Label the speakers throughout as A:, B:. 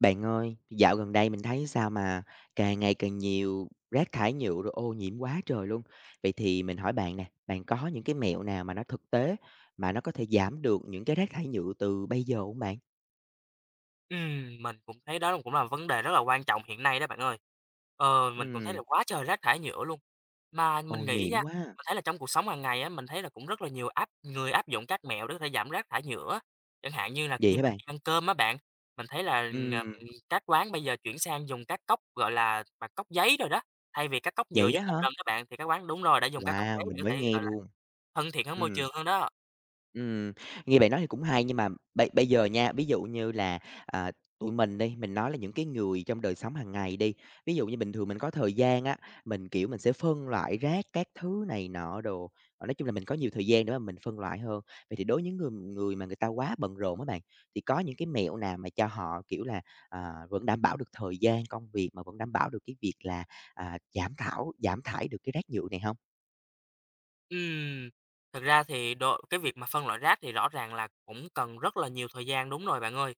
A: Bạn ơi, dạo gần đây mình thấy sao mà càng ngày càng nhiều rác thải nhựa rồi ô nhiễm quá trời luôn. Vậy thì mình hỏi bạn nè, bạn có những cái mẹo nào mà nó thực tế mà nó có thể giảm được những cái rác thải nhựa từ bây giờ không bạn?
B: Mình cũng thấy đó cũng là vấn đề rất là quan trọng hiện nay đó bạn ơi. Mình cũng thấy là
A: Ừm,
B: quá trời rác thải nhựa luôn. Mà
A: ô
B: mình nghĩ
A: nhiễm
B: nha,
A: quá.
B: mình thấy là trong cuộc sống hàng ngày á, mình thấy là cũng rất là nhiều người áp dụng các mẹo để có thể giảm rác thải nhựa á. Chẳng hạn như là khi
A: Vậy hả
B: mà
A: bạn?
B: đi ăn cơm á bạn, mình thấy là,
A: Ừm,
B: các quán bây giờ chuyển sang dùng các cốc, gọi là, bằng cốc giấy rồi đó, thay vì các cốc nhựa
A: vậy đó
B: dùng một
A: hả?
B: lần các bạn, thì các quán đúng rồi, đã dùng các cốc
A: Wow,
B: giấy để
A: mình
B: có
A: mới
B: thể,
A: nghe
B: gọi là,
A: luôn.
B: thân thiện với môi
A: Ừm.
B: trường hơn đó.
A: Ừm, nghe bạn nói thì cũng hay nhưng mà bây bây giờ nha, ví dụ như là, à, tụi mình đi, mình nói là những cái người trong đời sống hàng ngày đi, ví dụ như bình thường mình có thời gian á, mình, kiểu, mình sẽ phân loại rác các thứ này nọ đồ, nói chung là mình có nhiều thời gian để mà mình phân loại hơn. Vậy thì đối với những người người mà người ta quá bận rộn á bạn, thì có những cái mẹo nào mà cho họ, kiểu là, vẫn đảm bảo được thời gian công việc mà vẫn đảm bảo được cái việc là, giảm thải được cái rác nhựa này hông?
B: Ừm, Thật ra thì đôi cái việc mà phân loại rác thì rõ ràng là cũng cần rất là nhiều thời gian, đúng rồi bạn ơi.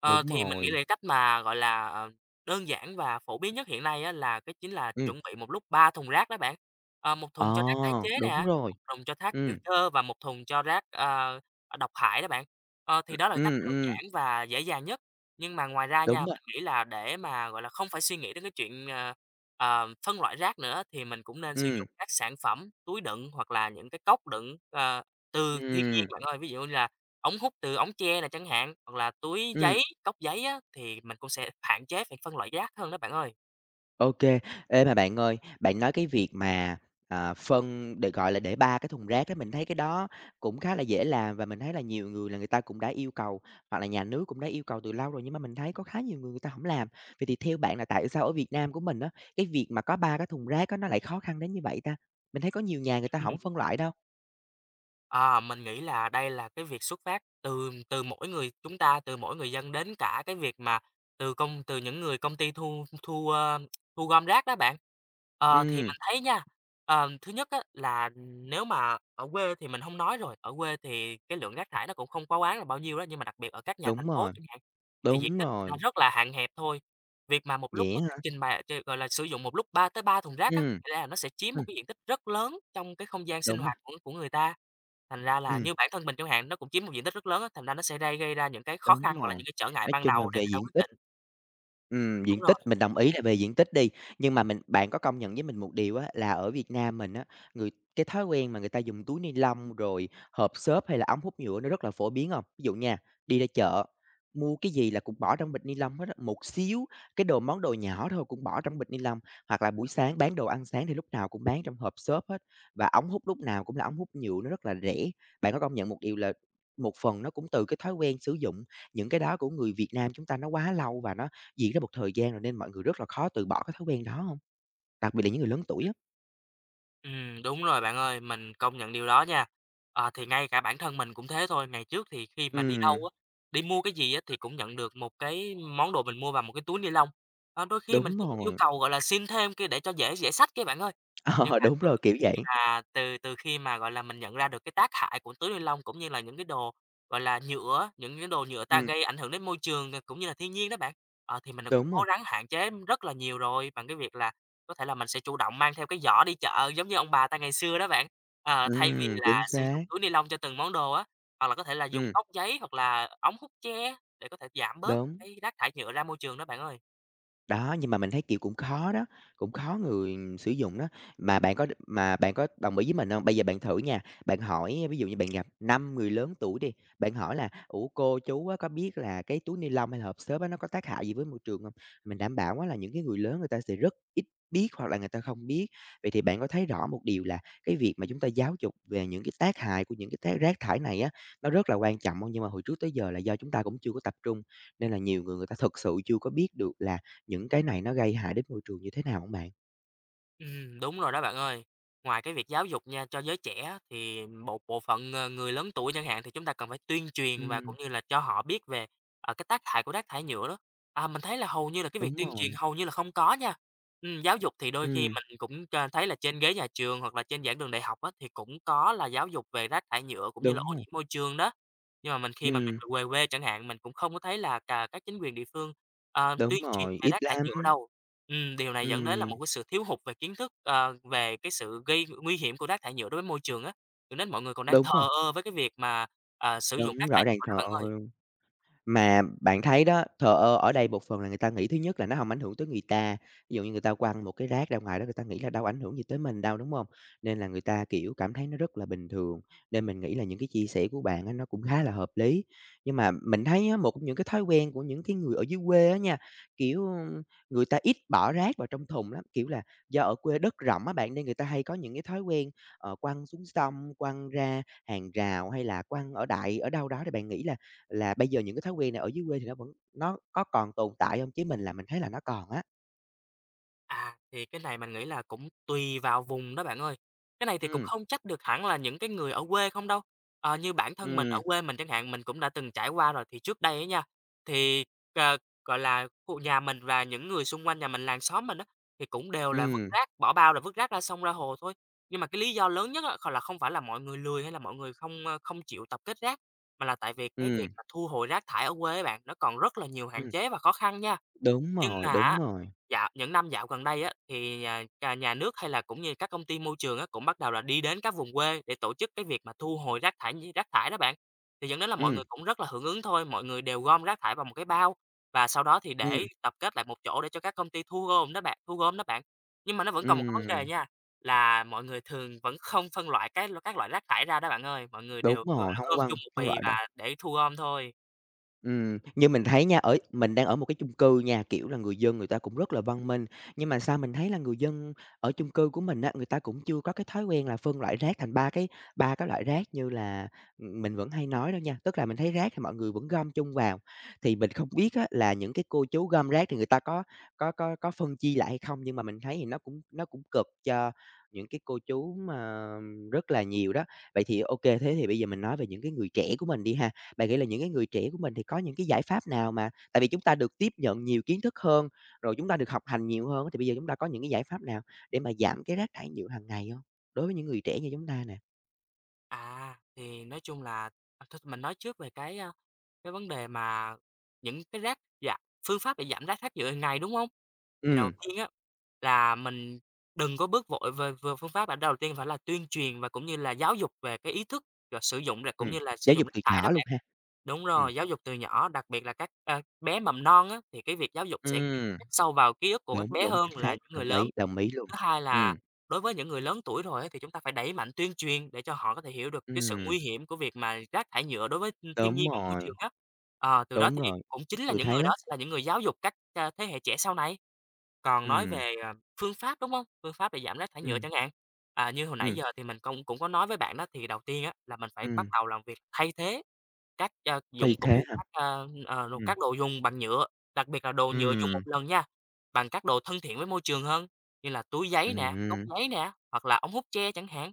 A: Đúng
B: Thì mình nghĩ là
A: rồi,
B: cái cách mà, gọi là, đơn giản và phổ biến nhất hiện nay á là cái chính là
A: ừm,
B: chuẩn bị một lúc 3 thùng rác đó bạn. Ờ, một
A: ờ,
B: thùng cho rác tái chế
A: đúng
B: nè,
A: rồi,
B: một thùng cho rác hữu
A: ừm,
B: cơ và một thùng cho rác, độc hại đó bạn. Thì đó là cách
A: ừm,
B: đơn
A: ừm,
B: giản và dễ dàng nhất, nhưng mà ngoài ra nha,
A: đúng rồi,
B: mình nghĩ là để mà, gọi là, không phải suy nghĩ đến cái chuyện, phân loại rác nữa thì mình cũng nên sử
A: ừm,
B: dụng các sản phẩm túi đựng hoặc là những cái cốc đựng, từ thiên nhiên
A: ừm,
B: bạn ơi. Ví dụ như là ống hút từ ống tre nè chẳng hạn, hoặc là túi
A: ừm,
B: giấy, cốc giấy á, thì mình cũng sẽ hạn chế phải phân loại rác hơn đó bạn ơi.
A: ô kê. Ê, mà bạn ơi, bạn nói cái việc mà, gọi là, để 3 cái thùng rác á, mình thấy cái đó cũng khá là dễ làm và mình thấy là nhiều người là người ta cũng đã yêu cầu, hoặc là nhà nước cũng đã yêu cầu từ lâu rồi, nhưng mà mình thấy có khá nhiều người người ta hổng làm. Vậy thì theo bạn là tại sao ở Việt Nam của mình á, cái việc mà có 3 cái thùng rác á, nó lại khó khăn đến như vậy ta? Mình thấy có nhiều nhà người ta hổng phân loại đâu.
B: À, mình nghĩ là đây là cái việc xuất phát từ từ mỗi người chúng ta, từ mỗi người dân đến cả cái việc mà từ những người công ty thu thu, ơ, thu gom rác đó bạn. Thì
A: Ừm,
B: mình thấy nha, thứ nhất á là nếu mà ở quê thì mình không nói rồi, ở quê thì cái lượng rác thải nó cũng không quá đáng là bao nhiêu đó, nhưng mà đặc biệt ở các nhà thành
A: đúng
B: phố
A: rồi,
B: chẳng hạn, thì diện
A: đúng
B: tích người ta
A: rồi.
B: rất là hạn hẹp thôi. Việc mà một lúc
A: Dễ
B: có
A: á
B: thể
A: hả?
B: trình bày gọi là, sử dụng một lúc 3 thùng rác á,
A: Ừm,
B: thành là nó sẽ chiếm một
A: ừm,
B: cái diện tích rất lớn trong cái không gian sinh
A: đúng rồi,
B: hoạt của người ta. Thành ra là
A: ừm.
B: như bản thân mình chẳng hạn, nó cũng chiếm một diện tích rất lớn á, thành ra nó sẽ gây gây ra những cái khó khăn
A: Đúng
B: hoặc là
A: rồi,
B: những cái trở ngại
A: nói
B: ban
A: chung là
B: đầu để
A: về
B: người ta
A: diện
B: quyết
A: tích
B: định.
A: ừm,
B: Đúng
A: diện tích
B: rồi.
A: mình đồng ý là về diện tích đi, nhưng mà bạn có công nhận với mình một điều á, là ở Việt Nam mình á, người cái thói quen mà người ta dùng túi ni lông, rồi hộp xốp hay là ống hút nhựa nó rất là phổ biến không? Ví dụ nha, đi ra chợ, mua cái gì là cũng bỏ trong bịch ni lông hết á, một xíu, cái đồ món đồ nhỏ thôi cũng bỏ trong bịch ni lông, hoặc là buổi sáng bán đồ ăn sáng thì lúc nào cũng bán trong hộp xốp hết, và ống hút lúc nào cũng là ống hút nhựa nó rất là rẻ. Bạn có công nhận một điều là một phần nó cũng từ cái thói quen sử dụng những cái đó của người Việt Nam chúng ta nó quá lâu và nó diễn ra một thời gian rồi nên mọi người rất là khó từ bỏ cái thói quen đó hông? Đặc biệt là những người lớn tuổi á.
B: Đúng rồi bạn ơi, mình công nhận điều đó nha. Thì ngay cả bản thân mình cũng thế thôi, ngày trước thì khi mà đi
A: Ừm,
B: đâu á, đi mua cái gì á thì cũng nhận được một cái món đồ mình mua vào một cái túi ni lông. Đôi khi mình
A: đúng
B: cũng yêu
A: rồi,
B: cầu, gọi là, xin thêm kia để cho dễ dễ xách kia bạn ơi. Nhưng
A: ờ,
B: mà
A: đúng
B: từ
A: rồi, kiểu
B: khi
A: vậy.
B: mà từ từ khi mà, gọi là, mình nhận ra được cái tác hại của túi ni lông cũng như là những cái đồ, gọi là, những cái đồ nhựa ta
A: Ừm,
B: gây ảnh hưởng đến môi trường, cũng như là thiên nhiên đó bạn, thì mình cũng
A: đúng
B: cố
A: rồi,
B: gắng hạn chế rất là nhiều rồi bằng cái việc là có thể là mình sẽ chủ động mang theo cái giỏ đi chợ giống như ông bà ta ngày xưa đó bạn. Thay vì
A: chính
B: là sử dụng
A: xác,
B: túi ni lông cho từng món đồ á, hoặc là có thể là dùng
A: ừm,
B: cốc giấy hoặc là ống hút tre để có thể giảm bớt
A: đúng.
B: cái rác thải nhựa ra môi trường đó bạn ơi.
A: Đó, nhưng mà mình thấy, kiểu, cũng khó đó, cũng khó người sử dụng đó. Mà bạn có đồng ý với mình hông? Bây giờ bạn thử nha, bạn hỏi ví dụ như bạn gặp 5 người lớn tuổi đi, bạn hỏi là "Ủa, cô chú á, có biết là cái túi ni lông hay là hộp xốp á, nó có tác hại gì với môi trường hông?" Mình đảm bảo á là những cái người lớn người ta sẽ rất ít biết hoặc là người ta không biết. Vậy thì bạn có thấy rõ một điều là cái việc mà chúng ta giáo dục về những cái tác hại của những cái rác thải này á, nó rất là quan trọng hông? Nhưng mà hồi trước tới giờ là do chúng ta cũng chưa có tập trung, nên là nhiều người người ta thực sự chưa có biết được là những cái này nó gây hại đến môi trường như thế nào hông bạn?
B: Đúng rồi đó bạn ơi. Ngoài cái việc giáo dục nha cho giới trẻ thì một bộ phận, người lớn tuổi chẳng hạn thì chúng ta cần phải tuyên truyền và cũng
A: Ừm,
B: như là cho họ biết về, cái tác hại của rác thải nhựa đó. À, mình thấy là hầu như là cái
A: đúng
B: việc tuyên truyền
A: rồi,
B: hầu như là không có nha. Giáo dục thì đôi khi
A: ừm,
B: mình cũng cho thấy là trên ghế nhà trường hoặc là trên giảng đường đại học á, thì cũng có là giáo dục về rác thải nhựa cũng như là
A: đúng
B: ô
A: rồi,
B: nhiễm môi trường đó. Nhưng mà mình khi mà
A: ừm,
B: mình về quê chẳng hạn, mình cũng không có thấy là cả các chính quyền địa phương,
A: đúng
B: tuyên truyền
A: rồi,
B: về
A: ít
B: rác thải
A: lắm,
B: nhựa đâu. Điều này dẫn đến là
A: ừm,
B: một cái sự thiếu hụt về kiến thức, về cái sự gây nguy hiểm của rác thải nhựa đối với môi trường á, cho nên mọi người còn đang
A: đúng
B: thờ
A: rồi,
B: ơ với cái việc mà, sử dụng rác
A: đúng,
B: thải
A: rõ
B: nhựa
A: ràng.
B: đó
A: Trời
B: bạn ơi.
A: ơi! Mà bạn thấy đó, thờ ơ ở đây một phần là người ta nghĩ thứ nhất là nó hông ảnh hưởng tới người ta, ví dụ như người ta quăng một cái rác ra ngoài đó người ta nghĩ là đâu ảnh hưởng gì tới mình đâu, đúng hông? Nên là người ta, kiểu, cảm thấy nó rất là bình thường, nên mình nghĩ là những cái chia sẻ của bạn á nó cũng khá là hợp lý. Nhưng mà mình thấy á, một trong những cái thói quen của những cái người ở dưới quê á nha, kiểu, người ta ít bỏ rác vào trong thùng lắm, kiểu là, do ở quê đất rộng á bạn, nên người ta hay có những cái thói quen, quăng xuống sông, quăng ra hàng rào hay là quăng ở đâu đó thì bạn nghĩ là bây giờ những cái thói quen này ở dưới quê thì nó có còn tồn tại không? Chứ mình là mình thấy là nó còn á.
B: À, thì cái này mình nghĩ là cũng tùy vào vùng đó bạn ơi. Cái này thì cũng
A: Ừm,
B: không trách được hẳn là những cái người ở quê không đâu. Như bản thân mình ở
A: ừm,
B: quê mình chẳng hạn, mình cũng đã từng trải qua rồi. Thì trước đây á nha, thì, ờ, gọi là, khu nhà mình và những người xung quanh nhà mình, làng xóm mình á, thì cũng đều là vứt
A: ừm,
B: rác, bỏ bao rồi vứt rác ra sông, ra hồ thôi. Nhưng mà cái lý do lớn nhất á, là không phải là mọi người lười hay là mọi người không, không chịu tập kết rác, mà là tại vì cái việc
A: ừm,
B: mà thu hồi rác thải ở quê á bạn, nó còn rất là nhiều hạn
A: ừm,
B: chế và khó khăn nha.
A: đúng
B: Nhưng
A: rồi,
B: mà
A: đúng rồi.
B: Những năm dạo gần đây á, thì nhà nhà nhà nước hay là cũng như các công ty môi trường á, cũng bắt đầu là đi đến các vùng quê để tổ chức cái việc mà thu hồi rác thải đó bạn. Thì dẫn đến là mọi
A: Ừm,
B: người cũng rất là hưởng ứng thôi, mọi người đều gom rác thải vào một cái bao và sau đó thì để
A: ừm,
B: tập kết lại một chỗ để cho các công ty thu gom đó bạn. Nhưng mà nó vẫn còn một cái vấn
A: ừm,
B: đề nha, là mọi người thường vẫn không phân loại cái các loại rác thải ra đó bạn ơi, mọi người
A: đúng
B: đều, gọi
A: rồi,
B: là,
A: hông
B: gom
A: quăng,
B: chung một
A: phân
B: bì
A: loại đâu.
B: và để thu gom thôi.
A: Như mình thấy nha, ở mình đang ở một cái chung cư nha, kiểu là, người dân người ta cũng rất là văn minh, nhưng mà sao mình thấy là người dân ở chung cư của mình á, người ta cũng chưa có cái thói quen là phân loại rác thành ba cái loại rác như là, mình vẫn hay nói đâu nha. Tức là mình thấy rác thì mọi người vẫn gom chung vào, thì mình không biết á là những cái cô chú gom rác thì người ta có phân chia lại hay không, nhưng mà mình thấy thì nó cũng cực cho những cái cô chú mà rất là nhiều đó. Vậy thì ok thế thì bây giờ mình nói về những cái người trẻ của mình đi ha. Bạn nghĩ là những cái người trẻ của mình thì có những cái giải pháp nào mà tại vì chúng ta được tiếp nhận nhiều kiến thức hơn, rồi chúng ta được học hành nhiều hơn thì bây giờ chúng ta có những cái giải pháp nào để mà giảm cái rác thải nhựa hàng ngày không? Đối với những người trẻ như chúng ta nè.
B: À, thì nói chung là, thôi mình nói trước về cái, cái vấn đề mà những cái rác giảm phương pháp để giảm rác thải nhựa hàng ngày, đúng không? Thì đầu
A: Ừm,
B: tiên á, là mình đừng có bước vội về về phương pháp, bạn đầu tiên phải là tuyên truyền và cũng như là giáo dục về cái ý thức và sử dụng rạc cũng
A: ừm,
B: như là sử
A: giáo
B: dụng
A: dục
B: rác
A: từ
B: thải đó
A: nhỏ luôn
B: bạn.
A: ha.
B: Đúng
A: Ừm,
B: rồi, giáo dục từ nhỏ, đặc biệt là các, bé mầm non á, thì cái việc giáo dục sẽ ghi
A: ừm,
B: khắc sâu vào ký ức của các
A: đúng,
B: bé
A: đúng,
B: hơn
A: chính
B: là
A: xác,
B: những người lớn.
A: đồng ý luôn.
B: Thứ hai là
A: Ừm,
B: đối với những người lớn tuổi rồi á, thì chúng ta phải đẩy mạnh tuyên truyền để cho họ có thể hiểu được cái sự
A: ừm,
B: nguy hiểm của việc mà rác thải nhựa đối với, thiên
A: đúng
B: nhiên và môi
A: rồi,
B: trường á. Từ đó
A: đúng
B: thì
A: rồi,
B: cũng
A: ít
B: chính là
A: người
B: những
A: thấy
B: người đó
A: lắm.
B: sẽ là những người giáo dục các, thế hệ trẻ sau này. Còn nói
A: Ừm,
B: về, phương pháp, đúng không? Phương pháp để giảm rác thải nhựa
A: ừm,
B: chẳng hạn. À, như hồi nãy
A: ừm,
B: giờ thì mình công cũng có nói với bạn đó, thì đầu tiên á là mình phải bắt
A: ừm,
B: đầu làm việc thay thế các, dụng
A: thì thế
B: cụ,
A: hả?
B: các,
A: Ừm,
B: các đồ dùng bằng nhựa, đặc biệt là đồ nhựa dùng một
A: ừm,
B: lần nha, bằng các đồ thân thiện với môi trường hơn, như là túi giấy nè, cốc
A: ừm,
B: giấy nè, hoặc là ống hút tre chẳng hạn.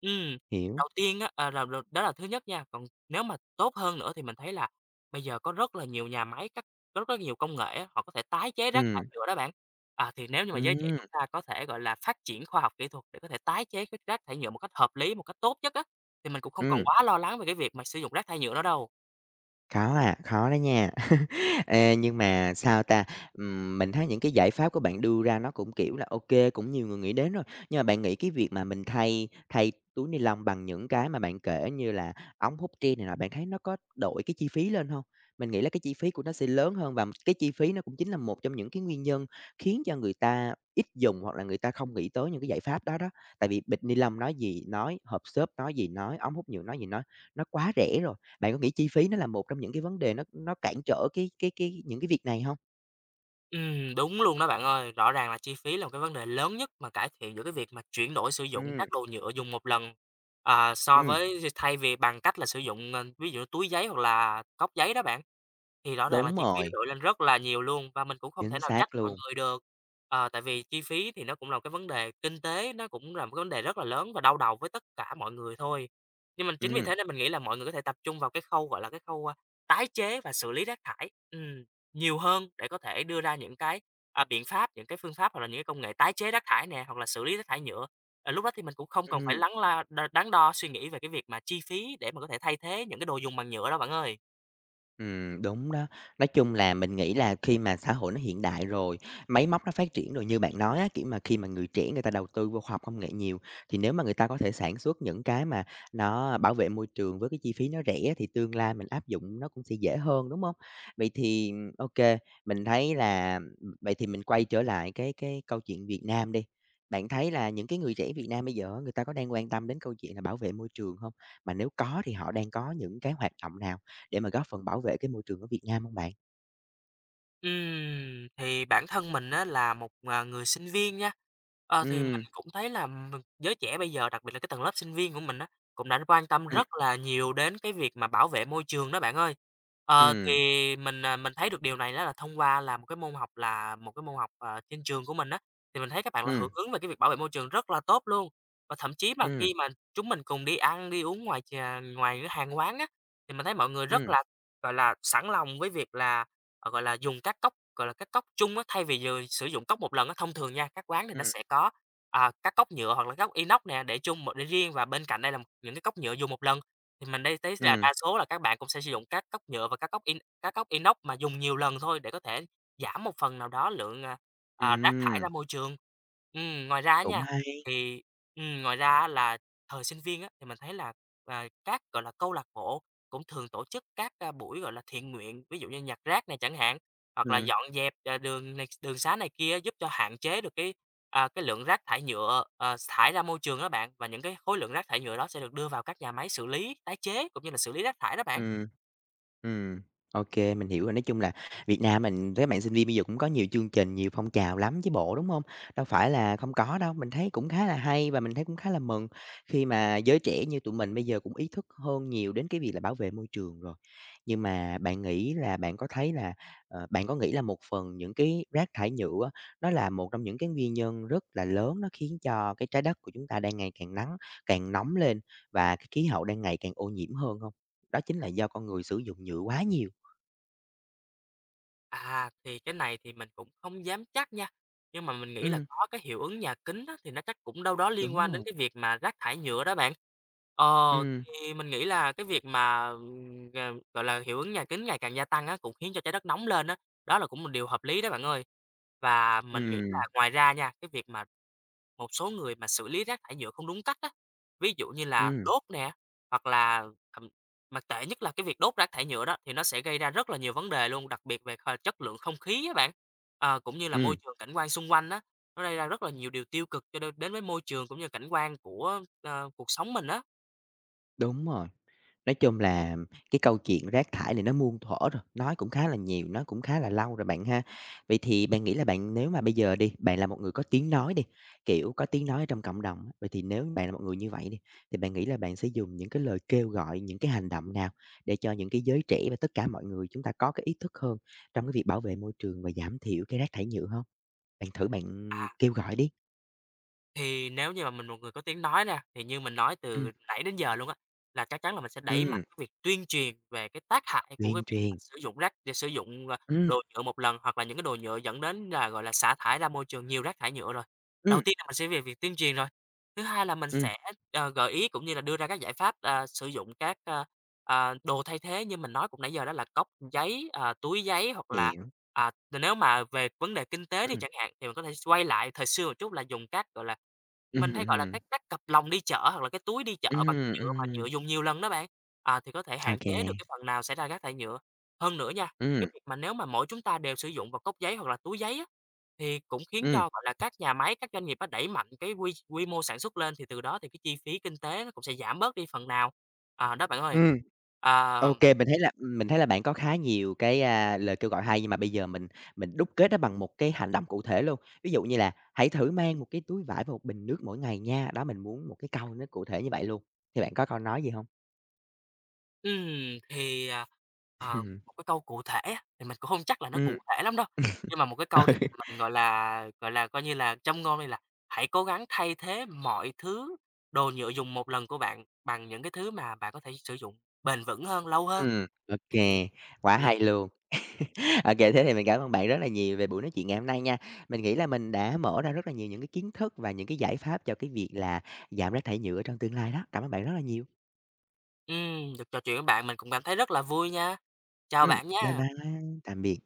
B: Ừm,
A: hiểu,
B: Đầu tiên á, là đó là thứ nhất nha, còn nếu mà tốt hơn nữa thì mình thấy là bây giờ có rất là nhiều nhà máy, có rất nhiều công nghệ á, họ có thể tái chế rác thải
A: ừm,
B: nhựa đó bạn. Thì nếu như mà giới trẻ
A: ừm,
B: chúng ta có thể, phát triển khoa học kỹ thuật để có thể tái chế cái rác thải nhựa một cách hợp lý, một cách tốt nhất thì mình cũng không còn
A: ừm.
B: quá lo lắng về cái việc mà sử dụng rác thải nhựa nữa đâu.
A: Có à, khó đó nha. Ê, nhưng mà, sao ta, mình thấy những cái giải pháp của bạn đưa ra nó cũng, kiểu là, ok cũng nhiều người nghĩ đến rồi. Nhưng mà bạn nghĩ cái việc mà mình thay thay túi ni lông bằng những cái mà bạn kể như là ống hút tre này nọ, bạn thấy nó có đội cái chi phí lên không? Mình nghĩ là cái chi phí của nó sẽ lớn hơn và cái chi phí nó cũng chính là một trong những cái nguyên nhân khiến cho người ta ít dùng hoặc là người ta không nghĩ tới những cái giải pháp đó đó. Tại vì bịch ni lông nói gì nói, hộp xốp nói gì nói, ống hút nhựa nói gì nói, nó quá rẻ rồi. Bạn có nghĩ chi phí nó là một trong những cái vấn đề nó cản trở cái những cái việc này hông?
B: Đúng luôn đó bạn ơi. Rõ ràng là chi phí là một cái vấn đề lớn nhất mà cải thiện giữa cái việc mà chuyển đổi sử dụng
A: Ừm,
B: các đồ nhựa dùng một lần, so
A: ừm,
B: với thay vì bằng cách là sử dụng, ví dụ túi giấy hoặc là cốc giấy đó bạn. Thì rõ ràng là
A: đúng
B: chi phí nó
A: rồi,
B: đội lên rất là nhiều luôn và mình cũng không thể
A: chính
B: nào trách
A: xác
B: mọi
A: luôn.
B: người được, tại vì chi phí thì nó cũng là một cái vấn đề kinh tế, nó cũng là một cái vấn đề rất là lớn và đau đầu với tất cả mọi người thôi. Nhưng mà chính vì
A: Ừm,
B: thế nên mình nghĩ là mọi người có thể tập trung vào cái khâu, cái khâu, tái chế và xử lý rác thải. Ừm. Nhiều hơn để có thể đưa ra những cái, biện pháp, những cái phương pháp hoặc là những cái công nghệ tái chế rác thải nè, hoặc là xử lý rác thải nhựa. Lúc đó thì mình cũng không cần phải
A: ừm.
B: lắng la đ đắn đo suy nghĩ về cái việc mà chi phí để mà có thể thay thế những cái đồ dùng bằng nhựa đó, bạn ơi.
A: Đúng đó. Nói chung là mình nghĩ là khi mà xã hội nó hiện đại rồi, máy móc nó phát triển rồi như bạn nói á, kiểu mà, khi mà người trẻ người ta đầu tư vô khoa học công nghệ nhiều, thì nếu mà người ta có thể sản xuất những cái mà nó bảo vệ môi trường với cái chi phí nó rẻ thì tương lai mình áp dụng nó cũng sẽ dễ hơn, đúng không? Vậy thì, ok mình thấy là, vậy thì mình quay trở lại cái câu chuyện Việt Nam đi. Bạn thấy là những cái người trẻ Việt Nam bây giờ á, người ta có đang quan tâm đến câu chuyện là bảo vệ môi trường không? Mà nếu có thì họ đang có những cái hoạt động nào để mà góp phần bảo vệ cái môi trường ở Việt Nam hông bạn?
B: Thì bản thân mình á là một, người sinh viên nha, thì mình
A: Ừm,
B: cũng thấy là mình giới trẻ bây giờ, đặc biệt là cái tầng lớp sinh viên của mình á, cũng đã quan tâm
A: ừm,
B: rất là nhiều đến cái việc mà bảo vệ môi trường đó bạn ơi. Ờ, thì
A: ừm,
B: mình thấy được điều này đó là thông qua là một cái môn học, trên trường của mình á, thì mình thấy các bạn là hưởng
A: ừm,
B: ứng về cái việc bảo vệ môi trường rất là tốt luôn. Và thậm chí mà
A: ừm,
B: khi mà chúng mình cùng đi ăn, đi uống ngoài cái hàng quán á, thì mình thấy mọi người rất
A: ừm,
B: là, sẵn lòng với việc là dùng các cốc, các cốc chung á, thay vì giờ sử dụng cốc một lần á, thông thường nha, các quán thì nó
A: ừm,
B: sẽ có, các cốc nhựa hoặc là cốc inox nè, để chung một để riêng và bên cạnh đây là những cái cốc nhựa dùng một lần. Thì mình đây thấy là
A: ừm,
B: đa số là các bạn cũng sẽ sử dụng các cốc nhựa và các cốc inox mà dùng nhiều lần thôi để có thể giảm một phần nào đó lượng, rác thải ra
A: ừm.
B: môi trường. Ngoài ra á
A: Cũng
B: nha,
A: hay.
B: thì ngoài ra là thời sinh viên á, thì mình thấy là, các, câu lạc bộ cũng thường tổ chức các, buổi, thiện nguyện, ví dụ như nhặt rác này chẳng hạn, hoặc là
A: Ừm.
B: dọn dẹp, đường này đường xá này kia giúp cho hạn chế được cái, cái lượng rác thải nhựa, thải ra môi trường đó bạn. Và những cái khối lượng rác thải nhựa đó sẽ được đưa vào các nhà máy xử lý, tái chế cũng như là xử lý rác thải đó bạn.
A: Ừm. Ừm, ok mình hiểu rồi. Nói chung là Việt Nam mình các bạn sinh viên bây giờ cũng có nhiều chương trình, nhiều phong trào lắm chứ bộ, đúng hông? Đâu phải là không có đâu, mình thấy cũng khá là hay và mình thấy cũng khá là mừng khi mà giới trẻ như tụi mình bây giờ cũng ý thức hơn nhiều đến cái việc là bảo vệ môi trường rồi. Nhưng mà bạn nghĩ là bạn có thấy là, bạn có nghĩ là một phần những cái rác thải nhựa á, nó là một trong những cái nguyên nhân rất là lớn nó khiến cho cái trái đất của chúng ta đang ngày càng nóng lên và cái khí hậu đang ngày càng ô nhiễm hơn hông? Đó chính là do con người sử dụng nhựa quá nhiều.
B: Thì cái này thì mình cũng không dám chắc nha, nhưng mà mình nghĩ là
A: Ừm,
B: có cái hiệu ứng nhà kính đó thì nó chắc cũng đâu đó liên
A: đúng
B: quan đến
A: rồi.
B: cái việc mà rác thải nhựa đó bạn. Ờ,
A: Ừm,
B: thì mình nghĩ là cái việc mà, g gọi là, hiệu ứng nhà kính ngày càng gia tăng á, cũng khiến cho Trái Đất nóng lên á, đó là cũng một điều hợp lý đó bạn ơi. Và mình nghĩ là
A: ừm,
B: ngoài ra nha, cái việc mà một số người mà xử lý rác thải nhựa không đúng cách á, ví dụ như là
A: ừm,
B: đốt nè, hoặc là thậm mà tệ nhất là cái việc đốt rác thải nhựa đó thì nó sẽ gây ra rất là nhiều vấn đề luôn, đặc biệt về chất lượng không khí á bạn, cũng như là môi
A: ừm,
B: trường cảnh quan xung quanh á, nó gây ra rất là nhiều điều tiêu cực cho đ đến với môi trường cũng như cảnh quan của, cuộc sống mình á.
A: đúng rồi. Nói chung là cái câu chuyện rác thải này nó muôn thuở rồi, nói cũng khá là nhiều, nói cũng khá là lâu rồi bạn ha. Vậy thì bạn nghĩ là bạn nếu mà bây giờ đi, bạn là một người có tiếng nói đi, kiểu, có tiếng nói trong cộng đồng á, vậy thì nếu bạn là một người như vậy đi, thì bạn nghĩ là bạn sẽ dùng những cái lời kêu gọi, những cái hành động nào để cho những cái giới trẻ và tất cả mọi người chúng ta có cái ý thức hơn trong cái việc bảo vệ môi trường và giảm thiểu cái rác thải nhựa không? Bạn thử bạn
B: À.
A: kêu gọi đi.
B: Thì nếu như mà mình một người có tiếng nói nè, thì như mình nói
A: Ừm,
B: từ nãy đến giờ luôn á, là chắc chắn là mình sẽ đẩy mạnh
A: ừm,
B: cái việc tuyên truyền về cái tác hại của cái
A: tuyên
B: việc mà
A: truyền.
B: sử dụng,
A: Ừm,
B: đồ nhựa một lần hoặc là những cái đồ nhựa dẫn đến là, xả thải ra môi trường nhiều rác thải nhựa rồi. Đầu
A: ừm,
B: tiên là mình sẽ về việc tuyên truyền rồi, thứ hai là mình
A: ừm,
B: sẽ, gợi ý cũng như là đưa ra các giải pháp, sử dụng các, đồ thay thế như mình nói cũng nãy giờ đó là cốc giấy, túi giấy hoặc là
A: hiểu,
B: À, n nếu mà về vấn đề kinh tế đi
A: ừm,
B: chẳng hạn, thì mình có thể quay lại thời xưa một chút là dùng các, mình
A: ừm,
B: hay gọi là
A: ừm,
B: các cặp lồng đi chợ hoặc là cái túi đi chợ bằng
A: ừm,
B: nhựa mà nhựa
A: ừm,
B: dùng nhiều lần đó bạn, thì có thể
A: ô
B: hạn
A: kê,
B: chế được cái phần nào xảy ra rác thải nhựa. Hơn nữa nha, cái
A: ừm,
B: việc mà nếu mà mỗi chúng ta đều sử dụng vào cốc giấy hoặc là túi giấy á, thì cũng khiến cho,
A: ừm,
B: các nhà máy, các doanh nghiệp á đẩy mạnh cái quy quy mô sản xuất lên, thì từ đó thì cái chi phí kinh tế nó cũng sẽ giảm bớt đi phần nào. À, đó bạn ơi.
A: ừm,
B: À.
A: ô kê. Mình thấy là bạn có khá nhiều cái, lời kêu gọi hay, nhưng mà bây giờ mình đúc kết nó bằng một cái hành động cụ thể luôn. Ví dụ như là "Hãy thử mang một cái túi vải và một bình nước mỗi ngày nha." Đó, mình muốn một cái câu nó cụ thể như vậy luôn, thì bạn có câu nói gì hông?
B: Ừm, thì, à, một cái câu cụ thể á, thì mình cũng hông chắc là nó cụ
A: Ừm,
B: thể lắm đâu, nhưng mà một cái câu thì mình, coi như là, châm ngôn đây là "Hãy cố gắng thay thế mọi thứ đồ nhựa dùng một lần của bạn bằng những cái thứ mà bạn có thể sử dụng bền vững hơn, lâu hơn."
A: ô
B: Thì
A: kê, quá
B: ừm,
A: hay luôn. OK, thế thì mình cảm ơn bạn rất là nhiều về buổi nói chuyện ngày hôm nay nha. Mình nghĩ là mình đã mở ra rất là nhiều những cái kiến thức và những cái giải pháp cho cái việc là giảm rác thải nhựa trong tương lai đó. Cảm ơn bạn rất là nhiều.
B: được trò chuyện với bạn mình cũng cảm thấy rất là vui nha. Chào bạn
A: Bye
B: nha.
A: bye, tạm biệt.